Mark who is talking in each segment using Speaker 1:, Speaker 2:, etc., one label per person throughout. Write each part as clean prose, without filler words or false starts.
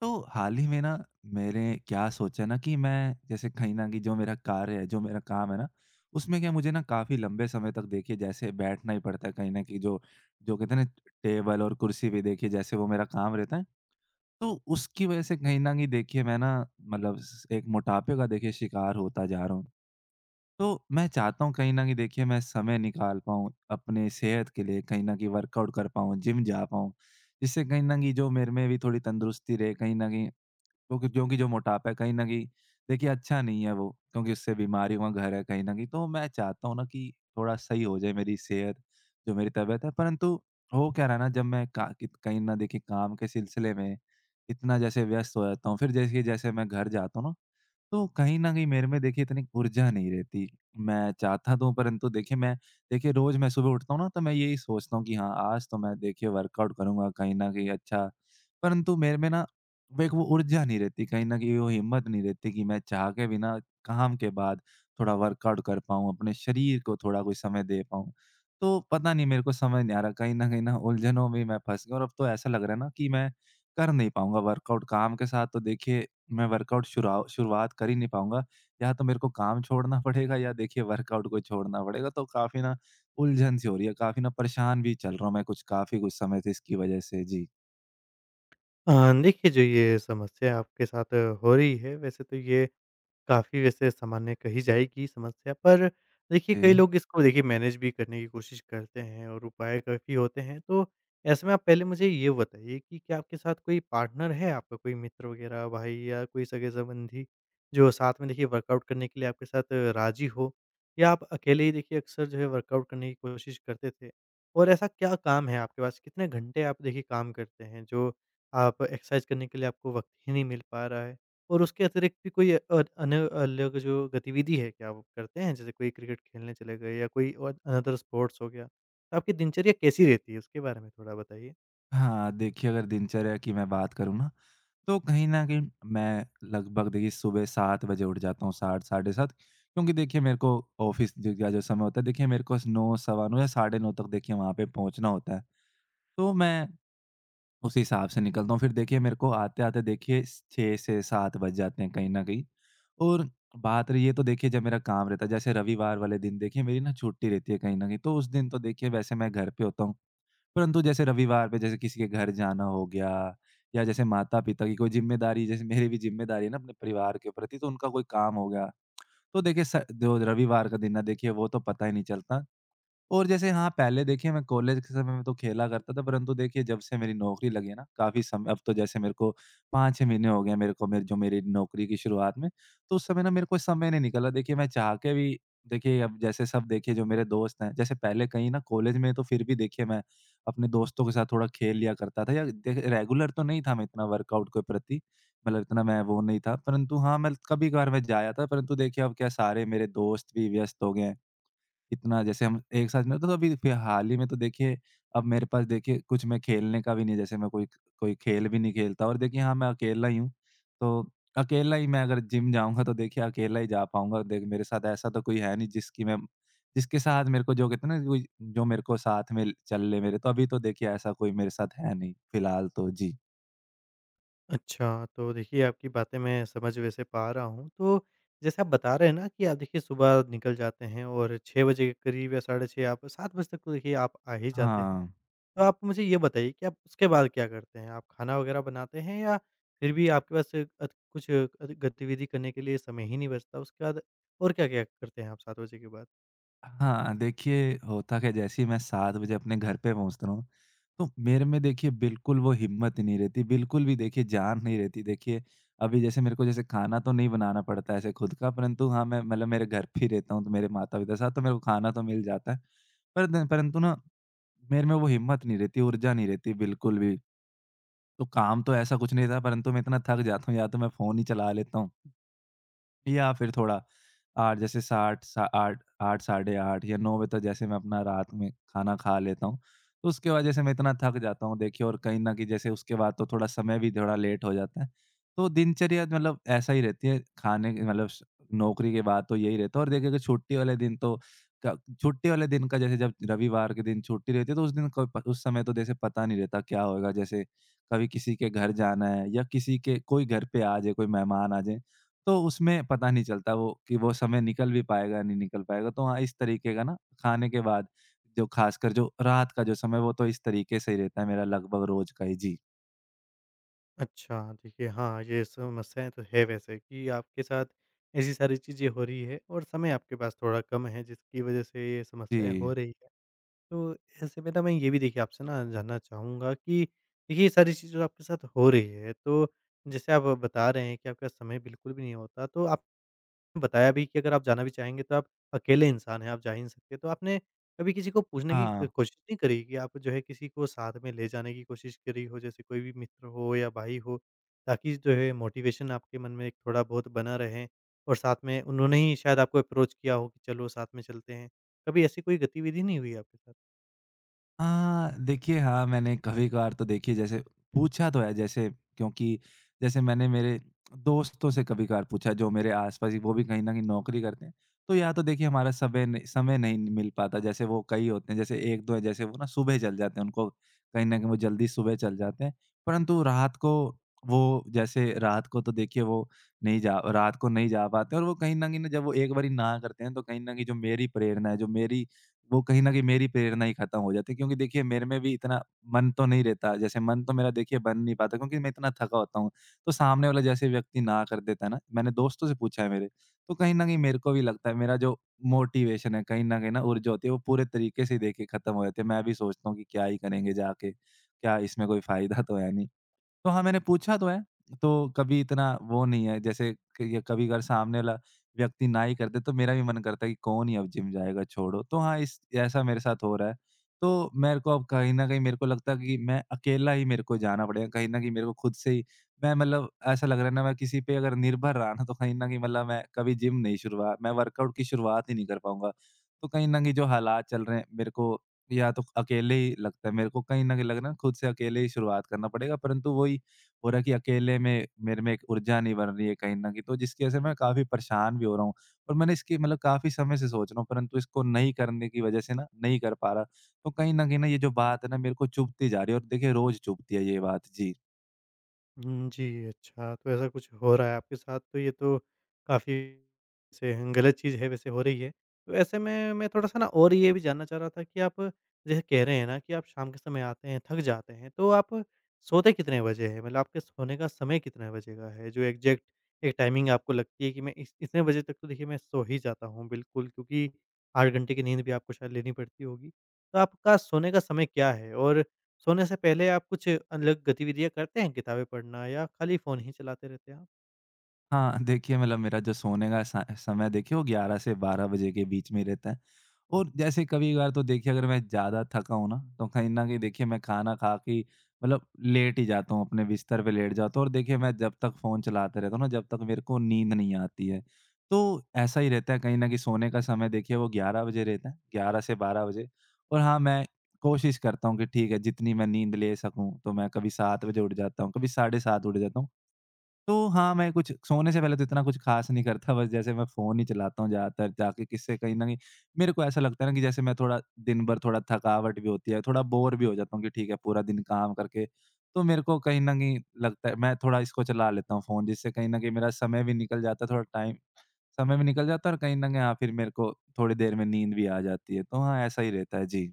Speaker 1: तो हाल ही में ना, मेरे क्या सोचा ना कि मैं जैसे कहीं ना कहीं जो मेरा कार्य है, जो मेरा काम है ना, उसमें क्या मुझे ना काफी लंबे समय तक देखिए जैसे बैठना ही पड़ता है कहीं ना कहीं, जो जो कहते हैं ना, टेबल और कुर्सी पे देखिए, जैसे वो मेरा काम रहता है। तो उसकी वजह से कहीं ना कहीं देखिए मैं ना मतलब एक मोटापे का देखिए शिकार होता जा रहा हूँ। तो मैं चाहता हूँ कहीं ना कहीं देखिए मैं समय निकाल पाऊँ, अपने सेहत के लिए कहीं ना कहीं वर्कआउट कर पाऊँ, जिम जा पाऊँ, जिससे कहीं ना कहीं जो मेरे में भी थोड़ी तंदुरुस्ती रहे कहीं ना कहीं। वो क्यों? क्योंकि जो मोटापा है, कहीं न कहीं देखिए अच्छा नहीं है वो, क्योंकि उससे बीमारियों का घर है कहीं न कहीं। तो मैं चाहता हूँ ना कि थोड़ा सही हो जाए मेरी सेहत, जो मेरी तबीयत है। परंतु हो क्या रहा है ना, जब मैं का कित कहीं न देखिए काम के सिलसिले में इतना जैसे व्यस्त हो जाता हूँ, फिर जैसे जैसे मैं घर जाता हूँ ना तो कहीं न कहीं मेरे में देखिए इतनी ऊर्जा नहीं रहती। मैं चाहता तो हूँ परंतु देखिए मैं देखिए रोज़ मैं सुबह उठता हूँ ना तो मैं यही सोचता हूँ कि हाँ, आज तो मैं देखिए वर्कआउट करूँगा कहीं न कहीं, अच्छा। परंतु मेरे में ना वो ऊर्जा नहीं रहती, कहीं न कहीं वो हिम्मत नहीं रहती कि मैं चाह के भी ना काम के बाद थोड़ा वर्कआउट कर पाऊँ, अपने शरीर को थोड़ा कोई समय दे पाऊँ। तो पता नहीं, मेरे को समझ नहीं आ रहा, कहीं न कहीं ना उलझनों में मैं फँस गया और अब तो ऐसा लग रहा है ना कि मैं कर नहीं पाऊँगा वर्कआउट काम के साथ, तो देखिए मैं वर्कआउट शुराउ शुरुआत कर ही नहीं पाऊँगा। या तो मेरे को काम छोड़ना पड़ेगा या देखिए वर्कआउट को छोड़ना पड़ेगा, तो काफ़ी ना उलझन-सी हो रही है, काफ़ी ना परेशान भी चल रहा हूँ, मैं कुछ काफ़ी कुछ समय से इसकी वज़ह से। जी।
Speaker 2: अ, देखिए जो ये समस्या आपके साथ हो रही है वैसे तो ये काफ़ी वैसे सामान्य कही जाएगी समस्या, पर देखिए कई
Speaker 1: जी।
Speaker 2: लोग इसको देखिए मैनेज भी करने की कोशिश करते हैं और उपाय काफ़ी होते हैं। तो ऐसे में आप पहले मुझे ये बताइए कि क्या आपके साथ कोई पार्टनर है आपका कोई मित्र वगैरह, भाई या कोई सगे-संबंधी जो साथ में देखिए वर्कआउट करने के लिए आपके साथ राज़ी हो? या आप अकेले ही देखिए अक्सर जो है वर्कआउट करने की कोशिश करते थे? और ऐसा क्या काम है आपके पास? कितने घंटे आप देखिए काम करते हैं जो आप एक्सरसाइज़ करने के लिए आपको वक़्त ही नहीं मिल पा रहा है? और उसके अतिरिक्त भी कोई अ, अन अलग जो गतिविधि है क्या आप करते हैं? जैसे कोई क्रिकेट खेलने चले गए या कोई और अनदर स्पोर्ट्स हो गया, तो आपकी दिनचर्या कैसी रहती है? उसके बारे में थोड़ा बताइए।
Speaker 1: हाँ, देखिए अगर दिनचर्या की मैं बात करूँ ना, तो कहीं न कहीं मैं लगभग देखिए सुबह 7 बजे उठ जाता हूँ, 7 साढ़े 7, क्योंकि देखिए मेरे को ऑफ़िस ज का जो समय होता है देखिए, मेरे को स 9 सवा 9 या साढ़े 9 तक देखिए वहाँ पे पहुँचना होता है। तो मैं उस हिसाब से निकलता हूँ। फिर देखिए मेरे को आते-आते देखिए स 6 से 7 बज जाते हैं कहीं न कहीं। और बात रही है तो देखिए, जब मेरा काम रहता है, जैसे रविवार वाले दिन देखिए मेरी ना छुट्टी रहती है कहीं न कहीं, तो उस दिन तो देखिए वैसे मैं घर पे होता हूँ। परंतु जैसे रविवार पे जैसे किसी के घर जाना हो गया, या जैसे माता-पिता की कोई ज़िम्मेदारी, जैसे मेरी भी ज़िम्मेदारी है ना अपने परिवार के प्रति, तो उनका कोई काम हो गया। तो देखिए स जो रविवार का दिन है देखिए, वो तो पता ही नहीं चलता। और जैसे, हाँ, पहले देखिए मैं कॉलेज के समय में तो खेला करता था, परंतु देखिए जब से मेरी नौकरी लगी है ना, काफ़ी समय, अब तो जैसे मेरे को 5-6 महीने हो गए हैं मेरे को मेरी नौकरी की शुरुआत में, तो उस समय ना मेरे को समय नहीं निकला। देखिए मैं चाह के भी देखिए अब जैसे सब, देखिए जो मेरे दोस्त हैं, जैसे पहले कहीं ना कॉलेज में तो फिर भी देखिए मैं अपने दोस्तों के साथ थोड़ा खेल लिया करता था, या देख रेगुलर तो नहीं था मैं इतना वर्कआउट के प्रति, मतलब इतना मैं वो नहीं था, परंतु हाँ, मैं कभी-कभार मैं जाया था, परंतु देखिए अब क्या सारे मेरे दोस्त भी व्यस्त हो गए हैं। इतना जैसे हम एक साथ में होता, तो अभी फिर हाल ही में तो देखिए अब मेरे पास देखिए कुछ मैं खेलने का भी नहीं है, जैसे मैं कोई कोई खेल भी नहीं खेलता, और देखिए हाँ, मैं अकेला ही हूँ, तो अकेला ही मैं अगर जिम जाऊँगा तो देखिए अकेला ही जा पाऊँगा। देख मेरे साथ ऐसा तो कोई है नहीं, जिसकी मैं जिसके साथ मेरे को, जो कहते हैं ना कोई, जो मेरे को साथ में चल ले मेरे, तो अभी तो देखिए ऐसा कोई मेरे साथ है नहीं फ़िलहाल तो। जी।
Speaker 2: अच्छा, तो देखिए आपकी बातें मैं समझ वैसे पा रहा हूँ। तो जैसे आप बता रहे हैं ना कि आप देखिए सुबह निकल जाते हैं और 6 बजे के करीब या साढ़े 6 आप 7 बजे तक तो देखिए आप आ ही जाते हैं।
Speaker 1: हाँ।
Speaker 2: तो आप मुझे ये बताइए कि आप उसके बाद क्या करते हैं? आप खाना वगैरह बनाते हैं या फिर भी आपके पास अत कुछ अत गतिविधि करने के लिए समय ही नहीं बचता? उसके बाद और क्या-क्या करते हैं आप 7 बजे के बाद?
Speaker 1: हाँ, देखिए होता क्या है, जैसे ही मैं 7 बजे अपने घर पे पहुँचता हूँ, तो मेरे में देखिए बिल्कुल वो हिम्मत ही नहीं रहती, बिल्कुल भी देखिए जान नहीं रहती। देखिए अभी जैसे मेरे को जैसे खाना तो नहीं बनाना पड़ता है ऐसे खुद का, परंतु हाँ, मैं मतलब मेरे घर पे ही रहता हूँ, तो मेरे माता-पिता के साथ तो मेरे को खाना तो मिल जाता है। पर न परंतु ना मेरे में वो हिम्मत नहीं रहती, ऊर्जा नहीं रहती बिल्कुल भी। तो काम तो ऐसा कुछ नहीं था परंतु मैं इतना थक जाता हूँ, या तो मैं फ़ोन ही चला लेता हूँ। या फिर थोड़ा 8 जैसे 60 सा 8 साढ़े 8 या 9 बजे तक जैसे मैं अपना रात में खाना खा लेता हूँ। तो उसके बाद जैसे मैं इतना थक जाता हूँ देखिए, और कहीं न कहीं जैसे उसके बाद तो थोड़ा समय भी थोड़ा लेट हो जाता है। तो दिनचर्या मतलब ऐसा ही रहती है खाने की, मतलब स नौकरी के बाद तो यही रहता है, और देखिए अगर छुट्टी वाले दिन तो क छुट्टी वाले दिन का, जैसे जब रविवार के दिन छुट्टी रहती है तो उस दिन, क प उस समय तो जैसे पता नहीं रहता क्या होएगा, जैसे कभी किसी के घर जाना है, या किसी के कोई घर पे आ जाए, कोई मेहमान आ जाए। तो उसमें पता नहीं चलता वो कि वो समय निकल भी पाएगा, नहीं निकल पाएगा। तो हाँ, इस तरीके का ना खाने के बाद, जो खासकर जो रात का जो समय, वो तो इस तरीके से ही रहता है मेरा लगभग रोज़ का ही। जी।
Speaker 2: अच्छा, देखिए हाँ, ये समस्याएँ तो है वैसे कि आपके साथ ऐसी सारी चीज़ें हो रही है और समय आपके पास थोड़ा कम है जिसकी वज़ह से ये समस्याएँ
Speaker 1: जी।
Speaker 2: हो रही है। तो ऐसे में ना मैं ये भी देखिए आपसे ना जानना चाहूँगा कि देखिए ये सारी चीज़ें जो आपके साथ हो रही है, तो जैसे आप बता रहे हैं कि आपका समय बिल्कुल भी नहीं होता तो आप बताया भी कि अगर आप जाना भी चाहेंगे तो आप अकेले इंसान हैं, आप जा ही नहीं सकते। तो आपने कभी किसी को पूछने की
Speaker 1: हाँ।
Speaker 2: कोशिश नहीं करी कि आप जो है किसी को साथ में ले जाने की कोशिश करी हो? जैसे कोई भी मित्र हो या भाई हो, ताकि जो है मोटिवेशन आपके मन में एक थोड़ा बहुत बना रहे और साथ में उन्होंने ही शायद आपको अप्रोच किया हो कि चलो साथ में चलते हैं। कभी ऐसी कोई गतिविधि नहीं हुई आपके साथ?
Speaker 1: हाँ, देखिए हाँ, मैंने कभी-कभार तो देखिए जैसे पूछा तो है, जैसे, क्योंकि, जैसे मैंने मेरे दोस्तों से कभी-कभार पूछा, जो मेरे आस-पास ही, वो भी कहीं न कहीं नौकरी करते हैं। तो या तो देखिए हमारा समय नहीं मिल पाता, जैसे वो कई होते हैं, जैसे 1-2 हैं, जैसे वो ना सुबह चल जाते हैं उनको कहीं न कहीं, वो जल्दी सुबह चल जाते हैं। परंतु रात को वो, जैसे रात को तो देखिए वो नहीं जा रात को नहीं जा पाते, और वो कहीं न जब वो एक बारी ना करते हैं तो कहीं न कहीं जो मेरी प्रेरणा है, जो मेरी वो कहीं न कहीं मेरी प्रेरणा ही खत्म हो जाती है, क्योंकि देखिए मेरे में भी इतना मन तो नहीं रहता। जैसे मन तो मेरा देखिए बन नहीं पाता, क्योंकि मैं इतना थका होता हूँ। तो सामने वाला जैसे व्यक्ति ना कर देता है ना, मैंने दोस्तों से पूछा है मेरे, तो कहीं न कहीं मेरे को भी लगता है मेरा जो मोटिवेशन है कहीं न कहीं, ना ऊर्जा होती है वो पूरे तरीके से देखिए खत्म हो जाती है। मैं भी सोचता हूँ कि क्या ही करेंगे जाके, क्या इसमें कोई फ़ायदा तो है नहीं। तो हाँ, मैंने पूछा तो है, तो कभी इतना वो नहीं है, जैसे कि ये कभी अगर सामने वाला व्यक्ति ना ही कर दे, तो मेरा भी मन करता है कि कौन ही अब जिम जाएगा, छोड़ो। तो हाँ, इस ऐसा मेरे साथ हो रहा है। तो मेरे को अब कहीं न कहीं मेरे को लगता है कि मैं अकेला ही मेरे को जाना पड़ेगा, कहीं न कहीं मेरे को खुद से ही मैं मतलब ऐसा लग रहा है ना, मैं किसी पे अगर निर्भर रहा ना, तो कहीं न कहीं मतलब मैं कभी जिम नहीं शुरुआत मैं वर्कआउट की शुरुआत ही नहीं कर पाऊँगा। तो कहीं न कहीं जो हालात चल रहे हैं, मेरे को या तो अकेले ही लगता है, मेरे को कहीं न कहीं लग रहा है खुद से अकेले ही शुरुआत करना पड़ेगा, परंतु वही हो रहा है कि अकेले में मेरे में एक ऊर्जा नहीं बन रही है कहीं न कहीं, तो जिसकी वजह से मैं काफ़ी परेशान भी हो रहा हूँ। और मैंने इसकी मतलब काफ़ी समय से सोच रहा हूँ, परंतु इसको नहीं करने की वजह से ना नहीं कर पा रहा। तो कहीं न कहीं ना ये जो बात है ना मेरे को चुभती जा रही है, और देखिए रोज़ चुभती है ये बात। जी।
Speaker 2: हुँ, जी, अच्छा, तो ऐसा कुछ हो रहा है आपके साथ, तो ये तो काफ़ी से गलत चीज़ है, वैसे हो रही है। तो ऐसे में मैं थोड़ा-सा ना और ये भी जानना चाह रहा था कि आप जैसे कह रहे हैं ना कि आप शाम के समय आते हैं, थक जाते हैं, तो आप सोते कितने बजे हैं? मतलब आपके सोने का समय कितने बजे का है? जो एग्ज़ैक्ट एक टाइमिंग आपको लगती है कि मैं इस इतने बजे तक तो देखिए मैं सो ही जाता हूँ बिल्कुल, क्योंकि 8 घंटे की नींद भी आपको शायद लेनी पड़ती होगी। तो आपका सोने का समय क्या है? और सोने से पहले आप कुछ अलग गतिविधियाँ करते हैं, किताबें पढ़ना या खाली फ़ोन ही चलाते रहते हैं आप?
Speaker 1: हाँ, देखिए मतलब मेरा जो सोने का स समय देखिए वो 11 से 12 बजे के बीच में ही रहता है। और जैसे कभी-कभार तो देखिए अगर मैं ज़्यादा थका हूँ ना, तो कहीं न कहीं देखिए मैं खाना खा के ही मतलब लेट ही जाता हूँ, अपने बिस्तर पे लेट जाता हूँ, और देखिए मैं जब तक फ़ोन चलाते रहता हूँ ना, जब तक मेरे को नींद नहीं आती है। तो ऐसा ही रहता है कहीं न कहीं, सोने का समय देखिए वो 11 बजे रहता है, 11 से 12 बजे। और हाँ, मैं कोशिश करता हूँ कि ठीक है, जितनी मैं नींद ले सकूँ, तो मैं कभी 7 बजे उठ जाता हूँ, कभी साढ़े 7 उठ जाता हूँ। तो हाँ, मैं कुछ सोने से पहले तो इतना कुछ ख़ास नहीं करता, बस जैसे मैं फ़ोन ही चलाता हूँ ज़्यादातर जाके, किससे कहीं न कहीं मेरे को ऐसा लगता है ना कि जैसे मैं थोड़ा दिन भर थोड़ा थकावट भी होती है, थोड़ा बोर भी हो जाता हूँ कि ठीक है, पूरा दिन काम करके, तो मेरे को कहीं न कहीं लगता है मैं थोड़ा इसको चला लेता हूँ फ़ोन, जिससे कहीं न कहीं मेरा समय भी निकल जाता है, थोड़ा टाइम समय भी निकल जाता है, और कहीं न कहीं हाँ, फिर मेरे को थोड़ी देर में नींद भी आ जाती है। तो हाँ, ऐसा ही रहता है। जी।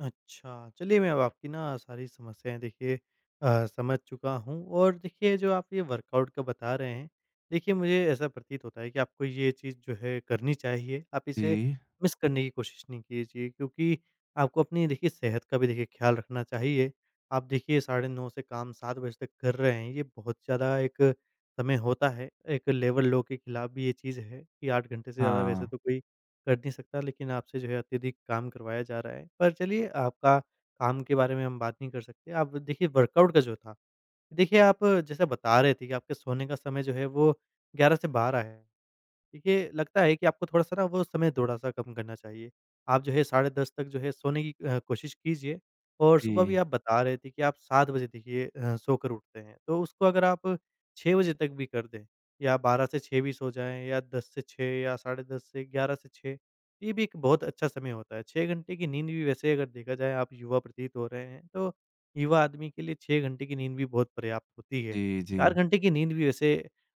Speaker 2: अच्छा, चलिए मैं अब आपकी ना सारी समस्याएँ देखिए समझ चुका हूँ और देखिए जो आप ये वर्कआउट का बता रहे हैं, देखिए मुझे ऐसा प्रतीत होता है कि आपको ये चीज़ जो है करनी चाहिए, आप इसे
Speaker 1: जी।
Speaker 2: मिस करने की कोशिश नहीं कीजिए क्योंकि आपको अपनी देखिए सेहत का भी देखिए ख़्याल रखना चाहिए। आप देखिए साढ़े 9 से काम 7 बजे तक कर रहे हैं, ये बहुत ज़्यादा एक समय होता है, एक लेबर लॉ के खिलाफ भी ये चीज़ है कि 8 घंटे से ज़्यादा
Speaker 1: हाँ।
Speaker 2: वैसे तो कोई कर नहीं सकता, लेकिन आपसे जो है अत्यधिक काम करवाया जा रहा है। पर चलिए आपका काम के बारे में हम बात नहीं कर सकते। आप देखिए वर्कआउट का जो था, देखिए आप जैसा बता रहे थे कि आपके सोने का समय जो है वो 11 से 12 है। देखिए, लगता है कि आपको थोड़ा-सा ना वो समय थोड़ा-सा कम करना चाहिए। आप जो है साढ़े 10 तक जो है सोने की कोशिश कीजिए और
Speaker 1: जी।
Speaker 2: सुबह भी आप बता रहे थे कि आप 7 बजे देखिए सोकर उठते हैं, तो उसको अगर आप 6 बजे तक भी कर दें या 12 से 6 भी सो जाएँ या 10 से 6 या साढ़े 10 से 11 से 6, ये भी एक बहुत अच्छा समय होता है। 6 घंटे की नींद भी वैसे अगर देखा जाए आप युवा प्रतीत हो रहे हैं, तो युवा आदमी के लिए 6 घंटे की नींद भी बहुत पर्याप्त होती है।
Speaker 1: जी, जी।
Speaker 2: 4 घंटे की नींद भी वैसे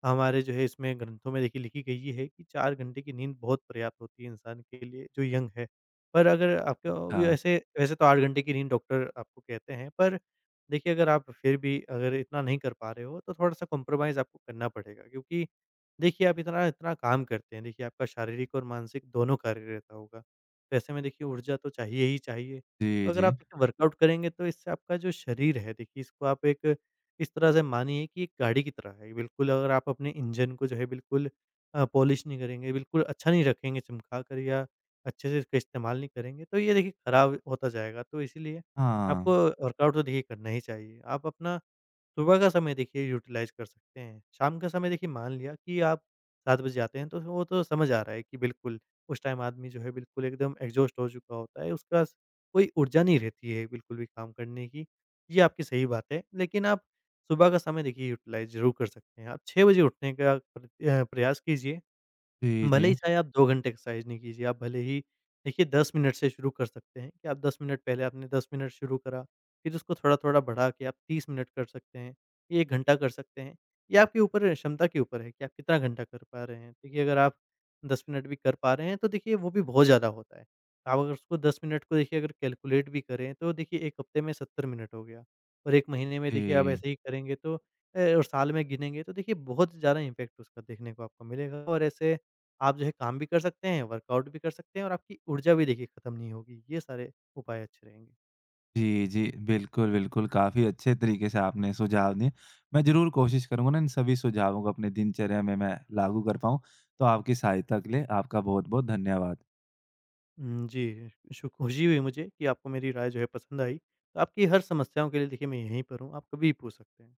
Speaker 2: हमारे जो है इसमें ग्रंथों में देखिए लिखी गई है कि 4 घंटे की नींद बहुत पर्याप्त होती है इंसान के लिए जो यंग है। पर अगर आपको
Speaker 1: अच्छा।
Speaker 2: भी ऐसे वैसे तो 8 घंटे की नींद डॉक्टर आपको कहते हैं पर देखिए अगर आप फिर भी अगर इतना नहीं कर पा रहे हो तो थोड़ा-सा कॉम्प्रोमाइज़ आपको करना पड़ेगा क्योंकि देखिए आप इतना इतना काम करते हैं, देखिए आपका शारीरिक और मानसिक दोनों कार्य रहता होगा। तो ऐसे में देखिए ऊर्जा तो चाहिए ही चाहिए।
Speaker 1: जी,
Speaker 2: तो अगर आप
Speaker 1: जी।
Speaker 2: देखिए वर्कआउट करेंगे तो इससे आपका जो शरीर है देखिए इसको आप एक इस तरह से मानिए कि एक गाड़ी की तरह है। बिल्कुल अगर आप अपने इंजन को जो है बिल्कुल पॉलिश नहीं करेंगे, बिल्कुल अच्छा नहीं रखेंगे चमका कर या अच्छे से इसका इस्तेमाल नहीं करेंगे, तो ये देखिए खराब होता जाएगा। तो इसीलिए
Speaker 1: हाँ।
Speaker 2: आपको वर्कआउट तो देखिए करना ही चाहिए। आप अपना सुबह का समय देखिए यूटिलाइज़ कर सकते हैं। शाम का समय देखिए मान लिया कि आप 7 बजे जाते हैं तो वो तो समझ आ रहा है कि बिल्कुल उस टाइम आदमी जो है बिल्कुल एकदम एग्ज़ॉस्ट हो चुका होता है, उसके पास कोई ऊर्जा नहीं रहती है बिल्कुल भी काम करने की। ये आपकी सही बात है, लेकिन आप सुबह का समय देखिए यूटिलाइज़ ज़रूर कर सकते हैं। आप 6 बजे उठने का प्रयास कीजिए,
Speaker 1: जी,
Speaker 2: भले
Speaker 1: जी।
Speaker 2: ही चाहे आप 2 घंटे एक्सरसाइज़ नहीं कीजिए, आप भले ही देखिए 10 मिनट से शुरू कर सकते हैं कि आप 10 मिनट पहले आपने 10 मिनट शुरू करा, फिर उसको थोड़ा-थोड़ा बढ़ा के आप 30 मिनट कर सकते हैं, 1 घंटा कर सकते हैं। ये आपके ऊपर है, क्षमता के ऊपर है कि आप कितना घंटा कर पा रहे हैं। देखिए अगर आप 10 मिनट भी कर पा रहे हैं तो देखिए वो भी बहुत ज़्यादा होता है। आप अगर उसको 10 मिनट को देखिए अगर कैलकुलेट भी करें तो देखिए 1 हफ्ते में 70 मिनट हो गया और 1 महीने में देखिए आप
Speaker 1: जी।
Speaker 2: ऐसे ही करेंगे तो और साल में गिनेंगे तो देखिए बहुत ज़्यादा इम्पैक्ट उसका देखने को आपको मिलेगा और ऐसे आप जो है काम भी कर सकते हैं, वर्कआउट भी कर सकते हैं और आपकी ऊर्जा भी देखिए खत्म नहीं होगी। ये सारे उपाय अच्छे रहेंगे।
Speaker 1: जी, जी। बिल्कुल, बिल्कुल, काफ़ी अच्छे तरीके से आपने सुझाव दिए। मैं ज़रूर कोशिश करूँगा ना इन सभी सुझावों को अपने दिनचर्या में मैं लागू कर पाऊँ। तो आपकी सहायता के लिए आपका बहुत-बहुत धन्यवाद।
Speaker 2: हुँ, जी, शु खुशी हुई मुझे कि आपको मेरी राय जो है पसंद आई। तो आपकी हर समस्याओं के लिए देखिए मैं यहीं पर हूँ, आप कभी भी पूछ सकते हैं।